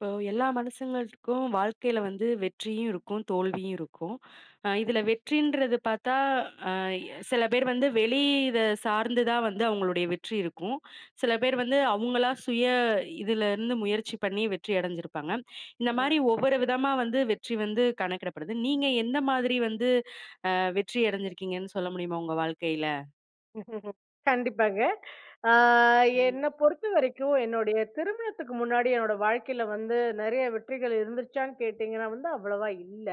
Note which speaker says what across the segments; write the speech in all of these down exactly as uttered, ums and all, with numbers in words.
Speaker 1: இப்போ எல்லா மனுஷங்களுக்கும் வாழ்க்கையில வந்து வெற்றியும் இருக்கும், தோல்வியும் இருக்கும். அ இதுல வெற்றின்றது பார்த்தா, அ சில பேர் வந்து வெளி இத சார்ந்து தான் வந்து அவங்களுடைய வெற்றி இருக்கும். சில பேர் வந்து அவங்களா சுய இதுலருந்து முயற்சி பண்ணி வெற்றி அடைஞ்சிருப்பாங்க. இந்த மாரி ஒவ்வொரு விதமா வந்து வெற்றி வந்து கணக்கிடப்படுது. நீங்க எந்த மாதிரி வந்து அ வெற்றி அடைஞ்சிருக்கீங்கன்னு சொல்ல முடியுமா உங்க வாழ்க்கையில?
Speaker 2: ம். கண்டிப்பாங்க. ஆ
Speaker 1: ம்.
Speaker 2: என்ன பொறுத்தவரைக்கும் என்னுடைய திருமணத்துக்கு முன்னாடி என்னோட வாழ்க்கையில வந்து நெறைய வெற்றிகள் இருந்துச்சான்னு கேட்டீங்கன்னா வந்து அவ்வளவா இல்ல.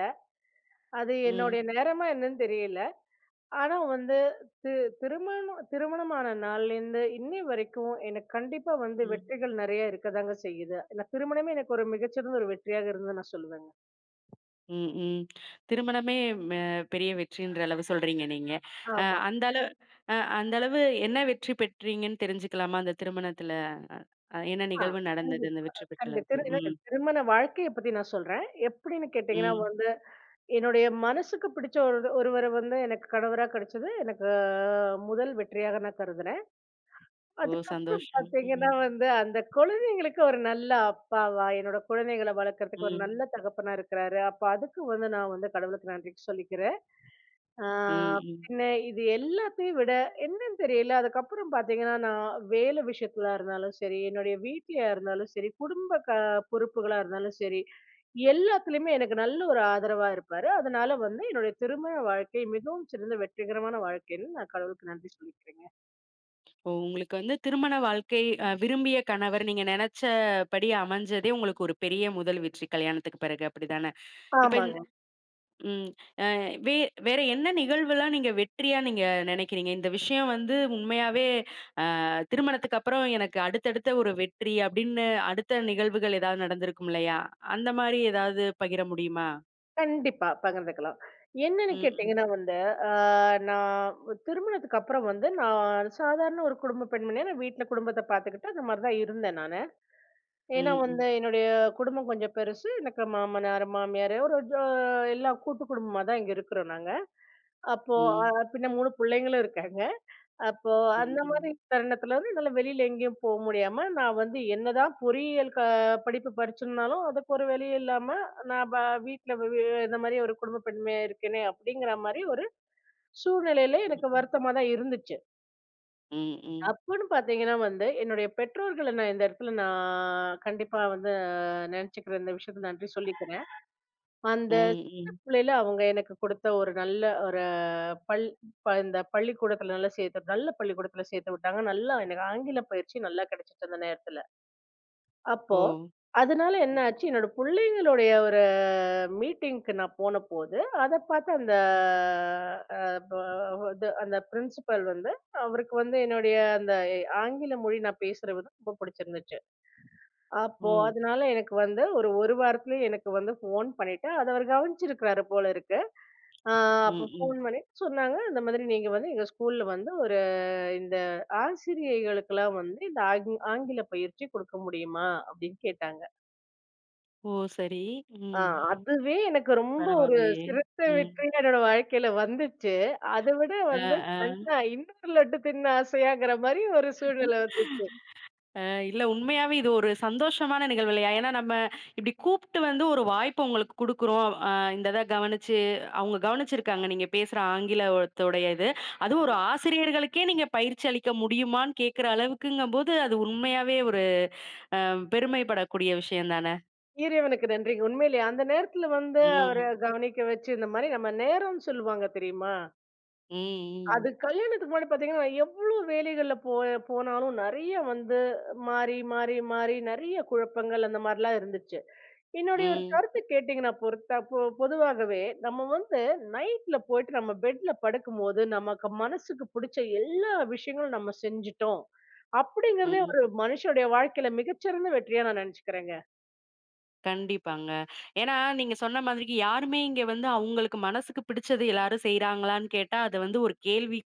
Speaker 2: அது என்னுடைய நேரமா என்னன்னு தெரியல. ஆனா வந்து தி திருமணம் திருமணமான நாள்லேருந்து இன்னி வரைக்கும் எனக்கு கண்டிப்பா வந்து
Speaker 1: ம்.
Speaker 2: வெற்றிகள் நெறைய இருக்கதாங்க செய்யுது. ஏன்னா திருமணமே எனக்கு ஒரு மிகச்சிறந்த ஒரு வெற்றியாக இருந்ததுன்னு நான் சொல்லுவேங்க.
Speaker 1: ம், ம். திருமணமே மெ பெரிய வெற்றின்ற அளவு சொல்றீங்க நீங்க. அ
Speaker 2: ஆமா.
Speaker 1: அந்த அளவு அ அந்த அளவு என்ன வெற்றி பெற்றீங்கன்னு தெரிஞ்சுக்கலாமா அந்த திருமணத்துல? அ என்ன
Speaker 2: ஆ.
Speaker 1: நிகழ்வு நடந்தது
Speaker 2: கண்டிப்
Speaker 1: அந்த வெற்றி பெற்ற
Speaker 2: கண்டிப்
Speaker 1: அளவுக்கு?
Speaker 2: திரு
Speaker 1: ம்,
Speaker 2: திருமண வாழ்க்கைய பத்தி நான் சொல்றேன். எப்படின்னு கேட்டீங்கன்னா
Speaker 1: ம்.
Speaker 2: வந்து என்னுடைய மனசுக்கு பிடிச்ச ஒரு ஒருவர வந்து எனக்கு கணவரா கிடைச்சது. எனக்கு அஹ், முதல் வெற்றியாக நான் கருதுறேன்.
Speaker 1: ஓ!
Speaker 2: அதுக்கப்புறம்
Speaker 1: சந்தோஷம்.
Speaker 2: பார்த்தீங்கன்னா
Speaker 1: ம்,
Speaker 2: வந்து, அந்த குழந்தைங்களுக்கு ஒரு நல்ல அப்பாவா, என்னோட குழந்தைகள வளர்க்கறதுக்கு ஒரு
Speaker 1: ம்,
Speaker 2: நல்ல தகப்பனா இருக்கிறாரு. அப்ப அதுக்கு வந்து நான் வந்து கடவுளுக்கு நன்றி சொல்லிக்கிறேன். ஆ,
Speaker 1: ம், ம்.
Speaker 2: பின்ன இது எல்லாத்தையும் விட என்னன்னு தெரியல. அதுக்கப்புறம் பார்த்தீங்கன்னா, நான் வேலை விஷயத்திலா இருந்தாலும் சரி, என்னுடைய வீட்லயா இருந்தாலும் சரி, குடும்ப க பொறுப்புகளா இருந்தாலும் சரி, எல்லாத்துலயுமே எனக்கு நல்ல ஒரு ஆதரவா இருப்பாரு. அதனால வந்து என்னுடைய திருமண வாழ்க்கை மிகவும் சிறந்த வெற்றிகரமான வாழ்க்கைன்னு நான் கடவுளுக்கு நன்றி சொல்லிக்கிறேங்க.
Speaker 1: ஓ! உங்களுக்கு வந்து திருமண வாழ்க்கை அ விரும்பிய கணவர் நீங்க நெனச்சபடி அமைஞ்சதே உங்களுக்கு ஒரு பெரிய முதல் வெற்றி கல்யாணத்துக்கு பிறகு அப்படிதானே? இப்ப இந்
Speaker 2: ஆமாங்க.
Speaker 1: ம் அ வே வேற என்ன நிகழ்வுலாம் நீங்க வெற்றியா நீங்க நெனைக்கிறீங்க? இந்த விஷயம் வந்து உண்மையாவே அ திருமணத்துக்கு அப்புறம் எனக்கு அடுத்தடுத்த ஒரு வெற்றி அப்படின்னு அடுத்த நிகழ்வுகள் ஏதாவது நடந்திருக்கும் இல்லையா? அந்த மாரி ஏதாவது பகிர முடியுமா?
Speaker 2: கண்டிப்பா பகிர்ந்துக்கலாம். என்னன்னு
Speaker 1: ம், ம்,
Speaker 2: கேட்டீங்கன்னா வந்து, ஆ நான் திருமணத்துக்கு அப்புறம் வந்து நான் சாதாரண ஒரு குடும்ப பெண்மணியா நான் வீட்ல குடும்பத்த பார்த்துக்கிட்டு அந்த மாரி தான் இருந்தேன் நானு. ஏன்னா
Speaker 1: ம்,
Speaker 2: வந்து
Speaker 1: ம்,
Speaker 2: என்னுடைய குடும்பம் கொஞ்சம் பெருசு. எனக்கு மாமனார், மாமியார் ஒரு ஜ எல்லாம் கூட்டு குடும்பமா தான் இங்க இருக்கிறோம் நாங்க. அப்போ அ
Speaker 1: ம்,
Speaker 2: பின்ன மூன்று பிள்ளைங்களும் இருக்காங்க. அப்போ
Speaker 1: ம்,
Speaker 2: அந்த
Speaker 1: ம்,
Speaker 2: மாதிரி தருணத்தில வந்து என்னால வெளியில எங்கேயும் போ முடியாம, நான் வந்து என்னதான் பொறியியல் க படிப்பு படிச்சிருந்தாலும், அதுக்கு ஒரு வெளி இல்லாம நான் ப வீட்ல வ வி இந்த மாதிரி ஒரு குடும்ப பெண்மையா இருக்கேனே! அப்படிங்கிற மாரி ஒரு சூழ்நிலையில
Speaker 1: ம்,
Speaker 2: எனக்கு
Speaker 1: ம்,
Speaker 2: வருத்தமா தான் இருந்துச்சு.
Speaker 1: ம்,
Speaker 2: அப்பன்னு பாத்தீங்கன்னா வந்து, என்னுடைய பெற்றோர்கள நான் இந்த இடத்துல நான் கண்டிப்பா வந்து நினைச்சுக்கிறேன். இந்த விஷயத்துல நன்றி சொல்லிக்கிறேன். அந்த
Speaker 1: ம்,
Speaker 2: சின்ன
Speaker 1: ம்.
Speaker 2: பிள்ளையில அவங்க எனக்கு கொடுத்த ஒரு நல்ல ஒரு பள் ப இந்த பள்ளிக்கூடத்துல நல்லா சேர்த்து நல்ல பள்ளிக்கூடத்துல சேர்த்து விட்டாங்க. நல்லா எனக்கு ஆங்கில பயிற்சி நல்லா கிடைச்சுச்சு அந்த நேரத்துல. அப்போ,
Speaker 1: ஓ!
Speaker 2: அதனால என்ன
Speaker 1: ம்,
Speaker 2: ஆச்சு, என்னோட புள்ளைங்களுடைய ஒரு மீட்டிங்க்கு நான் போனபோது, அத பார்த்து அந்த அ ப இது அந்த பிரின்சிபல் வந்து, அவருக்கு வந்து என்னுடைய அந்த ஆங்கில மொழி நான் பேசுற விதம் ரொம்ப புடிச்சிருந்துச்சு.
Speaker 1: ஓ!
Speaker 2: அப்போ அதனால எனக்கு வந்து ஒரு, ஒரு வாரத்திலே எனக்கு வந்து ஃபோன் பண்ணிட்டு, அத அவர் கவனிச்சிருக்கிறாரு போல இருக்கு. ஆ
Speaker 1: ம்,
Speaker 2: அப்போ
Speaker 1: ம்.
Speaker 2: ஃபோன் பண்ணி சொன்னாங்க, இந்த மாதிரி நீங்க வந்து எங்க ஸ்கூல்ல வந்து ஒரு இந்த ஆசிரியைகளுக்கெல்லாம் வந்து இந்த ஆங் ஆங்கில பயிற்சி குடுக்க முடியுமா? அப்படின்னு கேட்டாங்க.
Speaker 1: ஓ! சரி.
Speaker 2: ஆ
Speaker 1: ம்.
Speaker 2: அதுவே எனக்கு ரொம்ப ஒரு
Speaker 1: பரவாயில்லையே!
Speaker 2: சிறந்த
Speaker 1: ம்.
Speaker 2: வெற்றியா என்னோட வாழ்க்கையில வந்துச்சு. அத விட வந்து
Speaker 1: அ,
Speaker 2: கண்ணா இன்னொரு லட்டு தின்ன ஆசையாங்கிற மாரி ஒரு சூழ்நிலை
Speaker 1: ஆ.
Speaker 2: வந்துச்சு.
Speaker 1: அ இல்ல உண்மையாவே இது ஒரு சந்தோஷமான நிகழ்வு இல்லையா? ஏன்னா நம்ம இப்டி கூப்ட்டு வந்து ஒரு வாய்ப்பு உங்களுக்கு குடுக்குறோம். அ இந்த இத கவனிச்சு அவங்க கவனிச்சிருக்காங்க நீங்க பேசுற ஆங்கிலத்தோடைய இது. அதுவும் ஒரு ஆசிரியர்களுக்கே நீங்க பயிற்சி அளிக்க முடியுமான்னு கேட்கிற அளவுக்குங்கும்போது, அது உண்மையாவே ஒரு பெருமைப்படக்கூடிய விஷயம் தானே!
Speaker 2: இறைவனுக்கு நன்றிங்க. உண்மையிலேயே அந்த நேரத்துல வந்து அவர
Speaker 1: ம்.
Speaker 2: கவனிக்க வச்சு இந்த மாரி நம்ம நேரம்னு சொல்லுவாங்க தெரியுமா?
Speaker 1: ம், ம்.
Speaker 2: அது கல்யாணத்துக்கு முன்னாடி பார்த்தீங்கன்னா, எவ்ளோ வேலைகள்ல போ போனாலும் நெறைய வந்து மாறி, மாறி, மாறி நெறைய குழப்பங்கள் அந்த மாரிலாம் இருந்துச்சு. என்னுடைய ஒரு
Speaker 1: ம்,
Speaker 2: கருத்து கேட்டீங்கன்னா, பொறுத்தா பொ பொதுவாகவே நம்ம வந்து நைட்ல போயிட்டு நம்ம பெட்ல படுக்கும்போது, நமக்கு மனசுக்கு புடிச்ச எல்லா விஷயங்களும் நம்ம செஞ்சுட்டோம். அப்படிங்கிறதே
Speaker 1: ம்.
Speaker 2: ஒரு மனுஷனுடைய வாழ்க்கையில மிகச்சிறந்த வெற்றியா நான் நெனச்சுக்கிறேங்க.
Speaker 1: கண்டிப்பாங்க. ஏன்னா, நீங்க சொன்ன மாதிரிக்கு யாருமே இங்க வந்து அவங்களுக்கு மனசுக்கு பிடிச்சது எல்லாரும் செய்றாங்களான்னு கேட்டா, அது வந்து ஒரு கேள்விக்குறிதான்.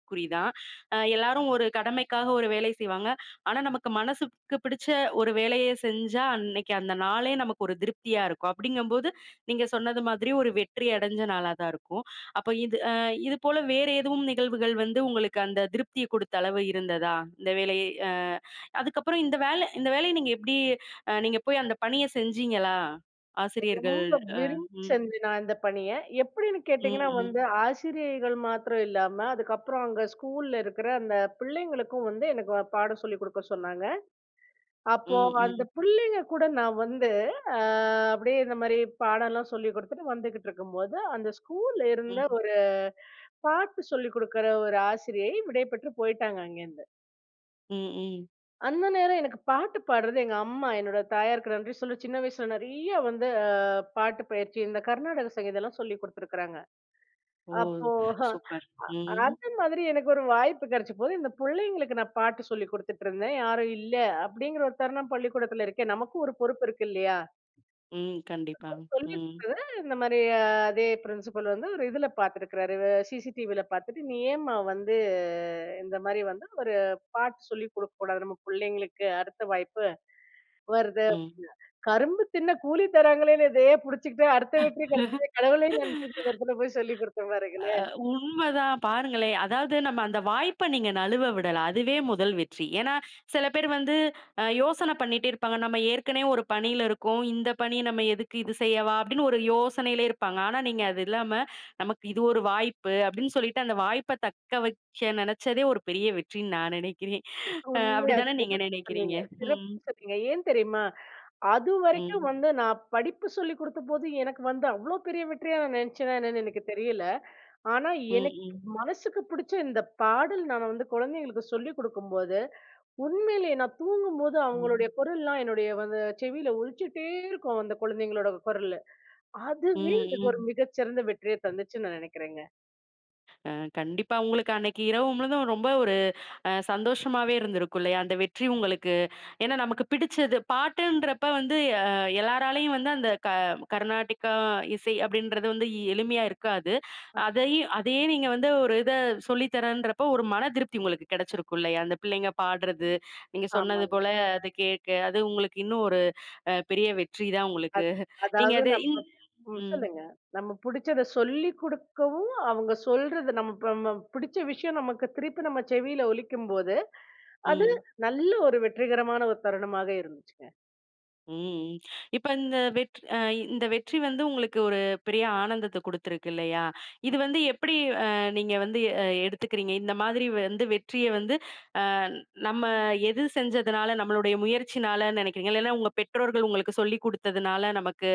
Speaker 1: அ எல்லாரும் ஒரு கடமைக்காக ஒரு வேலை செய்வாங்க. ஆனா, நமக்கு மனசுக்கு பிடிச்ச ஒரு வேலைய செஞ்சா, அன்னைக்கு அந்த நாளே நமக்கு ஒரு திருப்தியா இருக்கும். அப்படிங்கும்போது, நீங்க சொன்னது மாதிரி ஒரு வெற்றி அடைஞ்ச நாளா தான் இருக்கும். அப்ப இது அ இது போல வேற எதுவும் நிகழ்வுகள் வந்து உங்களுக்கு அந்த திருப்திய குடுத்த அளவு இருந்ததா? இந்த வேலை அ அதுக்கப்புறம் இந்த வேலை இந்த வேலைய நீங்க எப்படி அ நீங்க போய் அந்த பணிய செஞ்சீங்களா? ஆசிரியர்கள்.
Speaker 2: ரொம்ப
Speaker 1: அ
Speaker 2: விரும்பி
Speaker 1: ம்,
Speaker 2: செஞ்சேன் நான் இந்த பணிய. எப்படின்னு
Speaker 1: ம்,
Speaker 2: கேட்டீங்கன்னா
Speaker 1: ம்,
Speaker 2: வந்து, ஆசிரியைகள் மாத்திரம் இல்லாம, அதுக்கப்புறம் அங்க ஸ்கூல்ல இருக்கிற அந்த பிள்ளைங்களுக்கும் வந்து எனக்கு பாடம் சொல்லிக் குடுக்க சொன்னாங்க. அப்போ
Speaker 1: ம்,
Speaker 2: அந்த
Speaker 1: ம்,
Speaker 2: பிள்ளைங்க கூட நான் வந்து, அ அப்படியே இந்த மாரி பாடம்லாம் சொல்லிக் குடுத்துட்டு வந்துகிட்டு இருக்கும்போது, அந்த ஸ்கூல்ல இருந்த
Speaker 1: ம்,
Speaker 2: ஒரு பாட்டு சொல்லிக் குடுக்கிற ஒரு ஆசிரியை விடை பெற்று போயிட்டாங்க அங்கேருந்து.
Speaker 1: ம், ம்.
Speaker 2: அந்த நேரம் எனக்கு பாட்டு பாடுறது எங்க அம்மா, என்னோட தாயாருக்கு நன்றி சொல்ல சின்ன வயசுல நெறைய வந்து அ பாட்டு பயிற்சி, இந்த கர்நாடக சங்கீதம்லாம் சொல்லிக் குடுத்துருக்காங்க.
Speaker 1: ஓ!
Speaker 2: அப்போ
Speaker 1: சூப்பர்.
Speaker 2: அஹ்,
Speaker 1: ம்,
Speaker 2: அந்த மாதிரி எனக்கு ஒரு வாய்ப்பு கெடைச்சபோது, இந்த புள்ளைங்களுக்கு நான் பாட்டு சொல்லிக் குடுத்துட்டுருந்தேன். யாரும் இல்ல அப்படிங்கிற ஒரு தருணம் பள்ளிக்கூடத்துல இருக்கேன். நமக்கும் ஒரு பொறுப்பு இருக்கு இல்லையா?
Speaker 1: ம். கண்டிப்பா.
Speaker 2: சொல்லிக்
Speaker 1: ம்,
Speaker 2: குடுத்தது இந்த மாரி அ அதே பிரின்சிபல் வந்து ஒரு இதுல பாத்துருக்கிறாரு. சிசிடிவில பாத்துட்டு, "நீ ஏம்மா வந்து இந்த மாரி வந்து ஒரு பாட்டு சொல்லிக் குடுக்கக்கூடாது நம்ம புள்ளைங்களுக்கு அடுத்த வாய்ப்பு வருது."
Speaker 1: ம்.
Speaker 2: கரும்பு தின்ன கூலி தராங்களேன்னு இதையே புடிச்சுக்கிட்டு அடுத்த வெற்றி கிடைச்சது கடவுளே நன்றி இந்த இடத்துல போய் சொல்லி கொடுத்தேன் பாருங்களேன்.
Speaker 1: உண்மதான். பாருங்களேன். அதாவது நம்ம அந்த வாய்ப்ப நீங்க நழுவ விடல. அதுவே முதல் வெற்றி. ஏன்னா, சில பேர் வந்து அ யோசனை பண்ணிட்டே இருப்பாங்க. நம்ம ஏற்கனவே ஒரு பணியில இருக்கோம். இந்த பணி நம்ம எதுக்கு இது செய்யவா? அப்படின்னு ஒரு யோசனையிலே இருப்பாங்க. ஆனா, நீங்க அது இல்லாம, நமக்கு இது ஒரு வாய்ப்பு அப்படின்னு சொல்லிட்டு அந்த வாய்ப்ப தக்க வைக்க நினைச்சதே ஒரு பெரிய வெற்றின்னு நான் நினைக்கிறேன். அ
Speaker 2: உண்மையா
Speaker 1: அப்படிதானே நீங்க
Speaker 2: சிறப்பு
Speaker 1: நினைக்கிறீங்க?
Speaker 2: சொன்னீங்க.
Speaker 1: ம்.
Speaker 2: சிறப்பு சொன்னீங்க. ஏன் தெரியுமா? அதுவரைக்கும்
Speaker 1: ம்.
Speaker 2: வந்து நான் படிப்பு சொல்லிக் குடுத்தபோது எனக்கு வந்து அவ்ளோ பெரிய வெற்றியா நான் நினைச்சேனா என்னன்னு எனக்கு தெரியல. ஆனா
Speaker 1: ம்.
Speaker 2: எனக்கு
Speaker 1: ம்.
Speaker 2: மனசுக்கு பிடிச்ச இந்த பாடல் நான் வந்து குழந்தைங்களுக்கு சொல்லிக் குடுக்கும்போது, உண்மையிலேயே நான் தூங்கும்போது அவங்களுடைய
Speaker 1: ம்.
Speaker 2: குரல்லாம் என்னுடைய வந்து செவியில ஒலிச்சுட்டே இருக்கும் அந்த குழந்தைங்களோட குரலு.
Speaker 1: ம்.
Speaker 2: அதுவே எனக்கு ஒரு
Speaker 1: ம்.
Speaker 2: மிகச்சிறந்த வெற்றிய தந்துச்சுன்னு நான் நெனைக்கிறேங்க.
Speaker 1: அ கண்டிப்பா உங்களுக்கு அன்னைக்கு இரவு முழுதும் ரொம்ப ஒரு அ சந்தோஷமாவே இருந்திருக்கும் இல்லையா? அந்த வெற்றி உங்களுக்கு. ஏன்னா நமக்கு பிடிச்சது பாட்டுன்றப்ப வந்து அ எல்லாராலயும் வந்து அந்த க கர்நாடிகா இசை அப்படின்றது வந்து இ- எளிமையா இருக்காது. அதையும் அதையே நீங்க வந்து ஒரு இத சொல்லி தரேன்றப்போ ஒரு மன திருப்தி உங்களுக்கு கிடைச்சிருக்கும் இல்லையா? அந்த பிள்ளைங்க பாடுறது, நீங்க சொன்னது
Speaker 2: ஆமாங்க.
Speaker 1: போல அது கேட்க, அது உங்களுக்கு இன்னும் ஒரு அ பெரிய வெற்றி தான் உங்களுக்கு.
Speaker 2: அத்
Speaker 1: நீங்க
Speaker 2: அதாவது
Speaker 1: அது
Speaker 2: நம்
Speaker 1: இன்
Speaker 2: ம்
Speaker 1: ம்,
Speaker 2: சொல்லுங்க. நம்ம புடிச்சத சொல்லிக் குடுக்கவும், அவங்க சொல்றது நம்ம இப்ப நம்ம பிடிச்ச விஷயம் நமக்கு திருப்பி நம்ம செவியில ஒலிக்கும்போது, அது
Speaker 1: ம்.
Speaker 2: நல்ல ஒரு வெற்றிகரமான ஒரு தருணமாக இருந்துச்சுங்க.
Speaker 1: ம். இப்ப இந்த வெற்றி அ இந்த வெற்றி வந்து உங்களுக்கு ஒரு பெரிய ஆனந்தத்த குடுத்திருக்கு இல்லையா? இது வந்து எப்படி அ நீங்க வந்து அ எடுத்துக்கிறீங்க? இந்த மாதிரி வந்து வெற்றிய வந்து அ நம்ம எது செஞ்சதுனால, நம்மளுடைய முயற்சினால நெனைக்கிறீங்களா? இல்லன்னா உங்க பெற்றோர்கள் உங்களுக்கு சொல்லிக் குடுத்ததுனால நமக்கு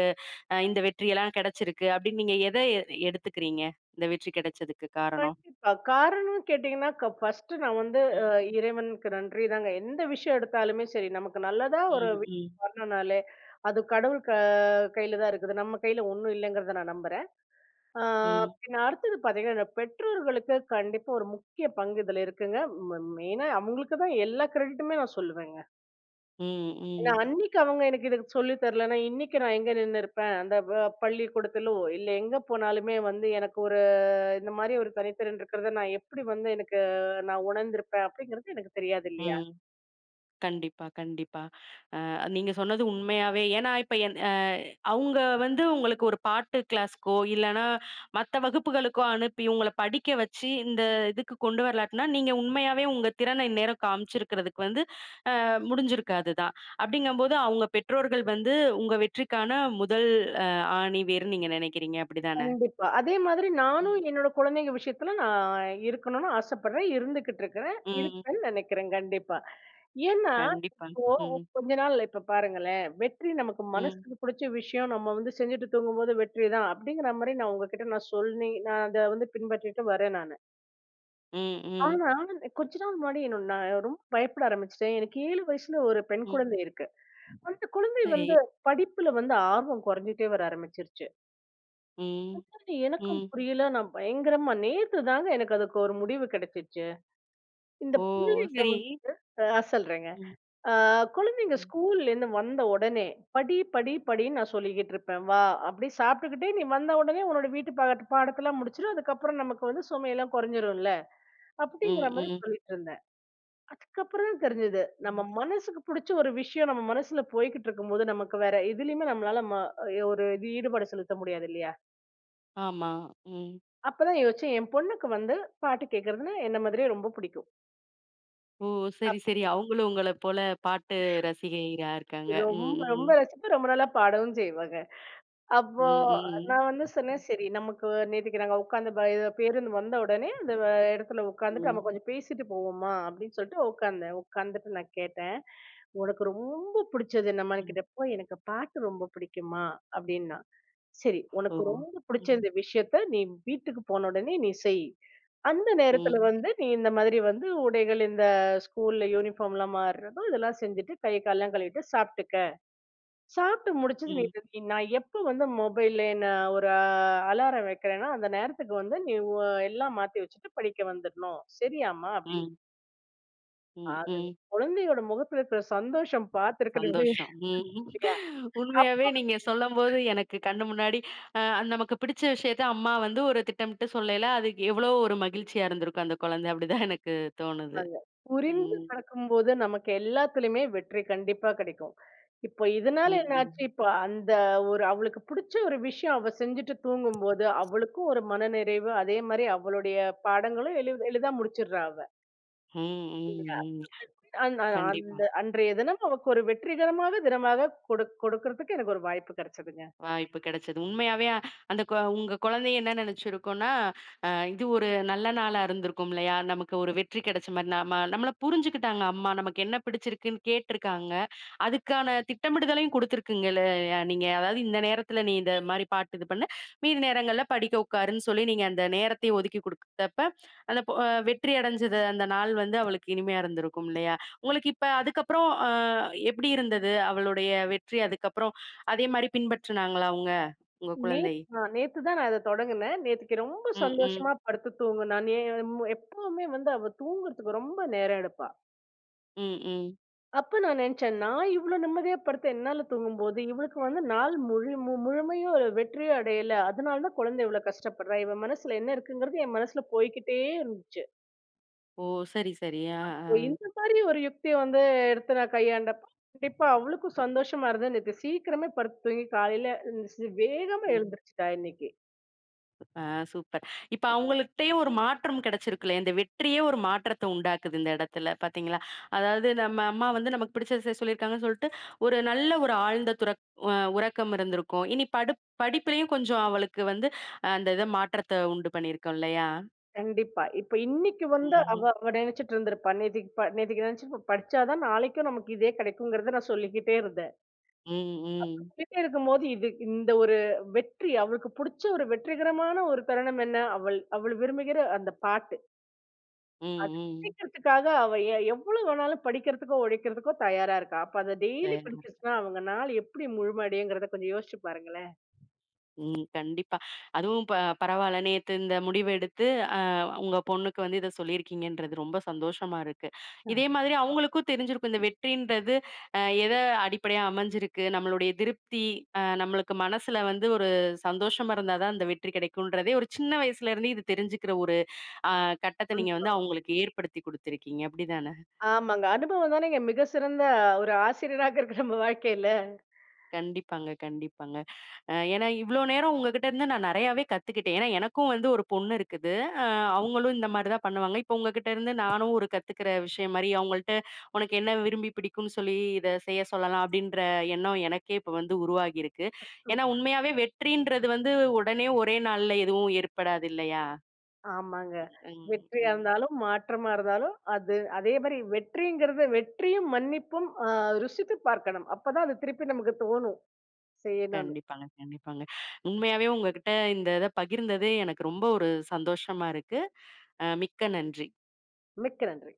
Speaker 1: அ இந்த வெற்றியெல்லாம் கெடைச்சிருக்கு அப்படின்னு நீங்க எத எ எடுத்துக்கிறீங்க? இந்த வெற்றி கெடைச்சதுக்கு காரணம்?
Speaker 2: கண்டிப்பா. காரணம் கேட்டீங்கன்னா, க ஃபர்ஸ்ட்டு நான் வந்து அ
Speaker 1: ம்.
Speaker 2: இறைவனுக்கு நன்றி தாங்க. எந்த விஷயம் எடுத்தாலுமே சரி, நமக்கு நல்லதா ஒரு
Speaker 1: ம். ம்.
Speaker 2: விஷயம் வரணும்னாலே, அது கடவுள் க கையில தான் இருக்குது. நம்ம கையில ஒண்ணும் இல்லைங்கிறத நான் நம்புறேன். ஆ,
Speaker 1: ம்.
Speaker 2: பின்ன அடுத்தது பார்த்தீங்கன்னா, இந்த பெற்றோர்களுக்கு கண்டிப்பா ஒரு முக்கிய பங்கு இதுல இருக்குங்க. ம மெயினா அவங்களுக்கு தான் எல்லா கிரெடிட்டுமே நான் சொல்லுவேங்க.
Speaker 1: ம்.
Speaker 2: ஏன்னா,
Speaker 1: ம்.
Speaker 2: அன்னைக்கு அவங்க எனக்கு இத சொல்லி தரலன்னா, இன்னைக்கு நான் எங்க நின்னுருப்பேன்? அந்த வ பள்ளிக்கூடத்திலோ, இல்ல எங்க போனாலுமே வந்து எனக்கு ஒரு இந்த மாரி ஒரு தனித்திறன் இருக்கிறத நான் எப்படி வந்து எனக்கு நான் உணர்ந்திருப்பேன்? அப்படிங்கிறது எனக்கு தெரியாது இல்லையா?
Speaker 1: ம். கண்டிப்பா, கண்டிப்பா. அ நீங்க சொன்னது உண்மையாவே. ஏன்னா இப்ப என் அவுங்க வந்து உங்களுக்கு ஒரு பாட்டு கிளாஸ்க்கோ, இல்லன்னா மத்த வகுப்புகளுக்கோ அனுப்பி உங்கள படிக்க வச்சு, இந்த இதுக்கு கொண்டு வரலாட்டினா, நீங்க உண்மையாவே உங்க திறன இந்நேரம் காமிச்சிருக்கிறதுக்கு வந்து அ முடிஞ்சிருக்காது தான். அப்படிங்கம்போது அவுங்க பெற்றோர்கள் வந்து உங்க வெற்றிக்கான முதல் அ ஆணி வேர்ன்னு நீங்க நினைக்கிறீங்க. அப்படிதானே?
Speaker 2: கண்டிப்பா. அதே மாதிரி நானும்
Speaker 1: ம்.
Speaker 2: என்னோட குழந்தைங்க விஷயத்துல நான் இருக்கணும்னு ஆசைப்படுறேன். இருந்துகிட்டு இருக்கிறேன்.
Speaker 1: ம்.
Speaker 2: இருப்பேன்னு நினைக்கிறேன் கண்டிப்பா. ஏன்னா,
Speaker 1: கண்டிப்பா.
Speaker 2: இப்போ
Speaker 1: ம்.
Speaker 2: கொஞ்ச நாள் இப்ப பாருங்களேன், வெற்றி நமக்கு
Speaker 1: ம்.
Speaker 2: மனசுக்கு புடிச்ச விஷயம் நம்ம வந்து செஞ்சுட்டு தூங்கும்போது வெற்றி தான் அப்படிங்கிற மாரி நான் உங்ககிட்ட நான் சொல்லி, நான் அத வந்து பின்பற்றிட்டு வரேன் நானு.
Speaker 1: ம். ம்.
Speaker 2: ஆனா, கொஞ்ச நாள் முன்னாடி என்னோட நான் ரொம்ப பயப்பட ஆரம்பிச்சுட்டேன். எனக்கு ஏழு வயசுல ஒரு பெண்
Speaker 1: ம்.
Speaker 2: குழந்தை இருக்கு. அந்த குழந்தை
Speaker 1: சரி.
Speaker 2: வந்து படிப்புல வந்து ஆர்வம் குறைஞ்சுட்டே வர ஆரம்பிச்சிருச்சு.
Speaker 1: ம்.
Speaker 2: அது எனக்கும்
Speaker 1: ம்.
Speaker 2: புரியல. நான் பயங்கரமா நேத்து தாங்க எனக்கு அதுக்கு ஒரு முடிவு கிடைச்சுச்சு. இந்த
Speaker 1: ஓ!
Speaker 2: புள்ளைங்க
Speaker 1: சரி.
Speaker 2: வந்து ஆ சொல்றேங்க.
Speaker 1: ம்.
Speaker 2: ஆ, குழந்தைங்க
Speaker 1: ம்.
Speaker 2: ஸ்கூல்லேருந்து வந்த உடனே, படி, படி, படின்னு நான் சொல்லிக்கிட்டு இருப்பேன். வா! அப்படி சாப்பிட்டுக்கிட்டே நீ வந்த உடனே உன்னோட வீட்டு பாட பாடத்தெல்லாம் முடிச்சுரு. அதுக்கப்புறம் நமக்கு வந்து சுமையெல்லாம் குறைஞ்சிரும்ல.
Speaker 1: ம்.
Speaker 2: அப்படிங்கிற மாரி
Speaker 1: ம்.
Speaker 2: சொல்லிட்டு இருந்தேன். அதுக்கப்புறம் தான் தெரிஞ்சது. நம்ம
Speaker 1: ம்.
Speaker 2: மனசுக்கு புடிச்ச ஒரு விஷயம் நம்ம மனசுல போய்க்கிட்டு இருக்கும்போது, நமக்கு வேற எதுலயுமே நம்மளால ம ஒரு இது ஈடுபாடு செலுத்த முடியாது இல்லையா?
Speaker 1: ஆமா. ம்.
Speaker 2: அப்பதான் யோசிச்சேன். என் பொண்ணுக்கு வந்து பாட்டு கேட்கறதுன்னா என்ன மாதிரியே ரொம்ப பிடிக்கும்.
Speaker 1: ஓ! சரி, சரி. அவங்களும் உங்கள போல பாட்டு ரசிகையா இருக்காங்க. ம்,
Speaker 2: ரொம்ப ரொம்ப
Speaker 1: ம்.
Speaker 2: ரசிப்பேன். ரொம்ப நல்லா பாடவும் செய்வாங்க. அப்போ
Speaker 1: ம், ம்,
Speaker 2: நான் வந்து
Speaker 1: ம்.
Speaker 2: சொன்னேன், "சரி நமக்கு நேத்துக்கு நாங்க உட்கார்ந்து ப இது பேருந்து வந்த உடனே அந்த வ இடத்துல உட்காந்துட்டு நம்ம
Speaker 1: ம்,
Speaker 2: கொஞ்சம் பேசிட்டு போவோமா?" அப்படின்னு சொல்லிட்டு உட்கார்ந்தேன். உட்கார்ந்துட்டு நான் கேட்டேன், "உனக்கு ரொம்ப பிடிச்சது என்னம்மான்னு?"
Speaker 1: ம்.
Speaker 2: கேட்டப்போ, "எனக்கு பாட்டு ரொம்ப பிடிக்கும்மா" அப்படின்னா. "சரி,
Speaker 1: ஓ!
Speaker 2: உனக்கு ரொம்ப பிடிச்ச
Speaker 1: ம்,
Speaker 2: இந்த விஷயத்த நீ வீட்டுக்கு போன உடனே நீ செய். அந்த நேரத்துல
Speaker 1: ம்,
Speaker 2: வந்து நீ இந்த மாதிரி வந்து உடைகள் இந்த ஸ்கூல்ல யூனிஃபார்ம்லாம் மாறுறதோ இதெல்லாம் செஞ்சுட்டு கை கால்லாம் கழுவிட்டு சாப்பிட்டுக்க." சாப்பிட்டு முடிச்சது நீ
Speaker 1: ம்,
Speaker 2: நீ நான் எப்ப வந்து மொபைல்ல நான் ஒரு அலாரம் வைக்கிறேன்னா, அந்த நேரத்துக்கு வந்து நீ உ எல்லாம் மாத்தி வச்சுட்டு படிக்க வந்துடணும். சரியாம்மா? அப்படின்னு
Speaker 1: ம், ம்,
Speaker 2: அது
Speaker 1: ம்.
Speaker 2: குழந்தையோட முகத்துல இருக்கிற சந்தோஷம் பார்த்துருக்கணுமே
Speaker 1: சந்தோஷம். ம்.
Speaker 2: இல்லையா?
Speaker 1: ம். உண்மையாவே நீங்க சொல்லம்போது எனக்கு கண்ணு முன்னாடி அ நமக்கு பிடிச்ச விஷயத்த அம்மா வந்து ஒரு திட்டமிட்டு சொல்லயில, அதுக்கு எவ்வளோ ஒரு மகிழ்ச்சியா இருந்திருக்கும் அந்த குழந்தை. அப்படிதான் எனக்கு தோணுது.
Speaker 2: ஆமாங்க. புரிந்து
Speaker 1: ம்,
Speaker 2: நடக்கும்போது நமக்கு எல்லாத்துலயுமே வெற்றி கண்டிப்பா கிடைக்கும். இப்போ
Speaker 1: ம்,
Speaker 2: இதனால என்னாச்சு,
Speaker 1: ம்.
Speaker 2: இப்ப அந்த ஒரு அவளுக்கு புடிச்ச ஒரு விஷயம் அவ செஞ்சுட்டு தூங்கும்போது, அவளுக்கும் ஒரு மனநிறைவு. அதே மாரி அவளுடைய பாடங்களும் எளி எளிதா முடிச்சிடுறா அவ.
Speaker 1: ம், ம், ம்.
Speaker 2: அந் அ
Speaker 1: கண்டிப்பா.
Speaker 2: அந்த அன்றைய தினம் அவக்கு ஒரு வெற்றிகரமாக தினமாக கொடு கொடுக்கறதுக்கு எனக்கு ஒரு வாய்ப்பு கிடைச்சதுங்க.
Speaker 1: வாய்ப்பு கிடைச்சது. உண்மையாவே அ- அந்த கொ உங்க குழந்தை என்ன நினைச்சிருக்கும்னா, அ இது ஒரு நல்ல நாளா இருந்திருக்கும் இல்லையா? நமக்கு ஒரு வெற்றி கிடைச்ச மாரி. நம்ம நம்மள புரிஞ்சுக்கிட்டாங்க அம்மா. நமக்கு என்ன பிடிச்சிருக்குன்னு கேட்டிருக்காங்க. அதுக்கான திட்டமிடுதலையும் குடுத்துருக்குங்க இல்லையா நீங்க. அதாவது இந்த நேரத்துல நீ இந்த மாரி பாட்டு இது பண்ணு. மீதி நேரங்கள்ல படிக்க உட்காருன்னு சொல்லி நீங்க அந்த நேரத்தையும் ஒதுக்கி குடுத்தப்ப, அந்த பொ அ வெற்றி அடைஞ்சது அந்த நாள் வந்து அவளுக்கு இனிமையா இருந்திருக்கும் இல்லையா? உங்களுக்கு இப்ப அதுக்கப்புறம் அ எப்படி இருந்தது? அவளுடைய வெற்றி அதுக்கப்புறம் அதே மாரி பின்பற்றுனாங்களா அவங்க? உங்க
Speaker 2: நேத்
Speaker 1: குழந்தை?
Speaker 2: அ நேத்து தான் நான் அத தொடங்குனேன். நேத்துக்கு ரொம்ப
Speaker 1: ம், ம்,
Speaker 2: சந்தோஷமா படுத்து தூங்குனா. நே மு எப்பவுமே வந்து அவ தூங்குறதுக்கு ரொம்ப நேரம் எடுப்பா.
Speaker 1: ம், ம்.
Speaker 2: அப்ப நான் நெனச்சேன், நான் இவ்ளோ நிம்மதியா படுத்து என்னால தூங்கும்போது, இவளுக்கு வந்து நாள் முழு மு முழுமையும் ஒரு வெற்றியும் அடையல. அதனால தான் குழந்தை இவ்ளோ கஷ்டப்படுறா. இவ மனசுல என்ன இருக்குங்கிறது என் மனசுல போய்க்கிட்டே இருந்துச்சு.
Speaker 1: ஓ! சரி, சரி. ஆ, ஆ.
Speaker 2: ஓ! இந்த மாரி ஒரு யுக்திய வந்து எடுத்து நான் கையாண்டப்ப, கண்டிப்பா அவளுக்கும் சந்தோஷமா இருந்தது. நேத்து சீக்கிரமே படுத்து தூங்கி காலையில எந்திரிச்சு வேகமா
Speaker 1: ம்.
Speaker 2: எழுந்திரிச்சுட்டா இன்னைக்கு.
Speaker 1: ஆ சூப்பர். இப்ப அவங்கள்ட்டயும் ஒரு மாற்றம் கிடைச்சிருக்குல்ல. இந்த வெற்றியே ஒரு மாற்றத்த உண்டாக்குது இந்த இடத்துல பார்த்தீங்களா? அதாவது நம்ம அம்மா வந்து நமக்கு பிடிச்சத செ சொல்லியிருக்காங்கன்னு சொல்லிட்டு, ஒரு நல்ல ஒரு ஆழ்ந்த துறக் அ உறக்கம் இருந்திருக்கும். இனி படு படிப்பிலயும் கொஞ்சம் அவளுக்கு வந்து அஹ், அந்த இத மாற்றத்த உண்டு பண்ணியிருக்கோம் இல்லையா?
Speaker 2: கண்டிப்பா. இப்ப இன்னைக்கு வந்து
Speaker 1: ம்,
Speaker 2: அவ அவ நெனச்சுட்டு இருந்திருப்பா. நேத்திக்கு ப நேத்திக்கு நெனச்சு படிச்சா தான் நாளைக்கும் நமக்கு இதே கிடைக்குங்கிறத நான் சொல்லிக்கிட்டே இருந்தேன்.
Speaker 1: ம், ம்,
Speaker 2: சொல்லிட்டே இருக்கும்போது இது இந்த ஒரு வெற்றி அவளுக்கு புடிச்ச ஒரு வெற்றிகரமான ஒரு தருணம் என்ன? அவள் அவள் விரும்புகிற அந்த பாட்டு.
Speaker 1: ம்,
Speaker 2: படிக்கிறதுக்காக அவ எ எவ்வளவு வேணாலும் படிக்கிறதுக்கோ, உழைக்கிறதுக்கோ தயாரா இருக்கா. அப்ப அத டெய்லி
Speaker 1: ம்.
Speaker 2: படிச்சுச்சுன்னா, அவங்க நாள் எப்படி முழுமடையுங்கிறத கொஞ்சம் யோசிச்சு பாருங்களேன்.
Speaker 1: ம். கண்டிப்பா. அதுவும் ப பரவால்ல. நேத்து இந்த முடிவு எடுத்து, அ உங்க பொண்ணுக்கு வந்து இத சொல்லியிருக்கீங்கன்றது ரொம்ப சந்தோஷமா இருக்கு. இதே மாதிரி அவங்களுக்கும் தெரிஞ்சிருக்கும். இந்த வெற்றின்றது அ எத அடிப்படையா அமைஞ்சிருக்கு, நம்மளுடைய திருப்தி, அ நம்மளுக்கு மனசுல வந்து ஒரு சந்தோஷமா இருந்தா தான் அந்த வெற்றி கிடைக்குன்றதே ஒரு சின்ன வயசுலேருந்து இது தெரிஞ்சுக்கிற ஒரு அ கட்டத்த
Speaker 2: ம்.
Speaker 1: நீங்க வந்து அவங்களுக்கு ஏற்படுத்தி குடுத்துருக்கீங்க. அப்படிதானே?
Speaker 2: ஆமாங்க. அனுபவம் தானேங்க மிக சிறந்த ஒரு ஆசிரியராக இருக்கு நம்ம வாழ்க்கையில.
Speaker 1: கண்டிப்பாங்க, கண்டிப்பாங்க. அ ஏன்னா இவ்ளோ நேரம் உங்ககிட்ட இருந்து நான் நெறையாவே கத்துக்கிட்டேன். ஏன்னா எனக்கும் வந்து ஒரு பொண்ணு இருக்குது. அ அவங்களும் இந்த மாரி தான் பண்ணுவாங்க. இப்போ உங்ககிட்ட இருந்து நானும் ஒரு கத்துக்கிற விஷயம் மாரி அவங்கள்ட்ட உனக்கு என்ன விரும்பி பிடிக்கும்னு சொல்லி இத செய்ய சொல்லலாம் அப்டின்ற எண்ணம் எனக்கே இப்ப வந்து உருவாகியிருக்கு.
Speaker 2: ம்.
Speaker 1: ஏன்னா உண்மையாவே வெற்றின்றது வந்து உடனே ஒரே நாள்ல எதுவும் ஏற்படாது இல்லையா?
Speaker 2: ஆமாங்க.
Speaker 1: ம்,
Speaker 2: வெற்றியா
Speaker 1: ம்.
Speaker 2: இருந்தாலும், மாற்றமா இருந்தாலும், அது அதே மாரி வெற்றிங்கிறது வெற்றியும், மன்னிப்பும் அ ருசித்து பார்க்கணும். அப்பதான் அது திருப்பி நமக்கு தோணும் செய்யணும்னு.
Speaker 1: கண்டிப்பாங்க, கண்டிப்பாங்க. உண்மையாவே உங்ககிட்ட இந்த இத பகிர்ந்தது எனக்கு ரொம்ப ஒரு சந்தோஷமா இருக்கு. அ மிக்க நன்றி.
Speaker 2: மிக்க நன்றி.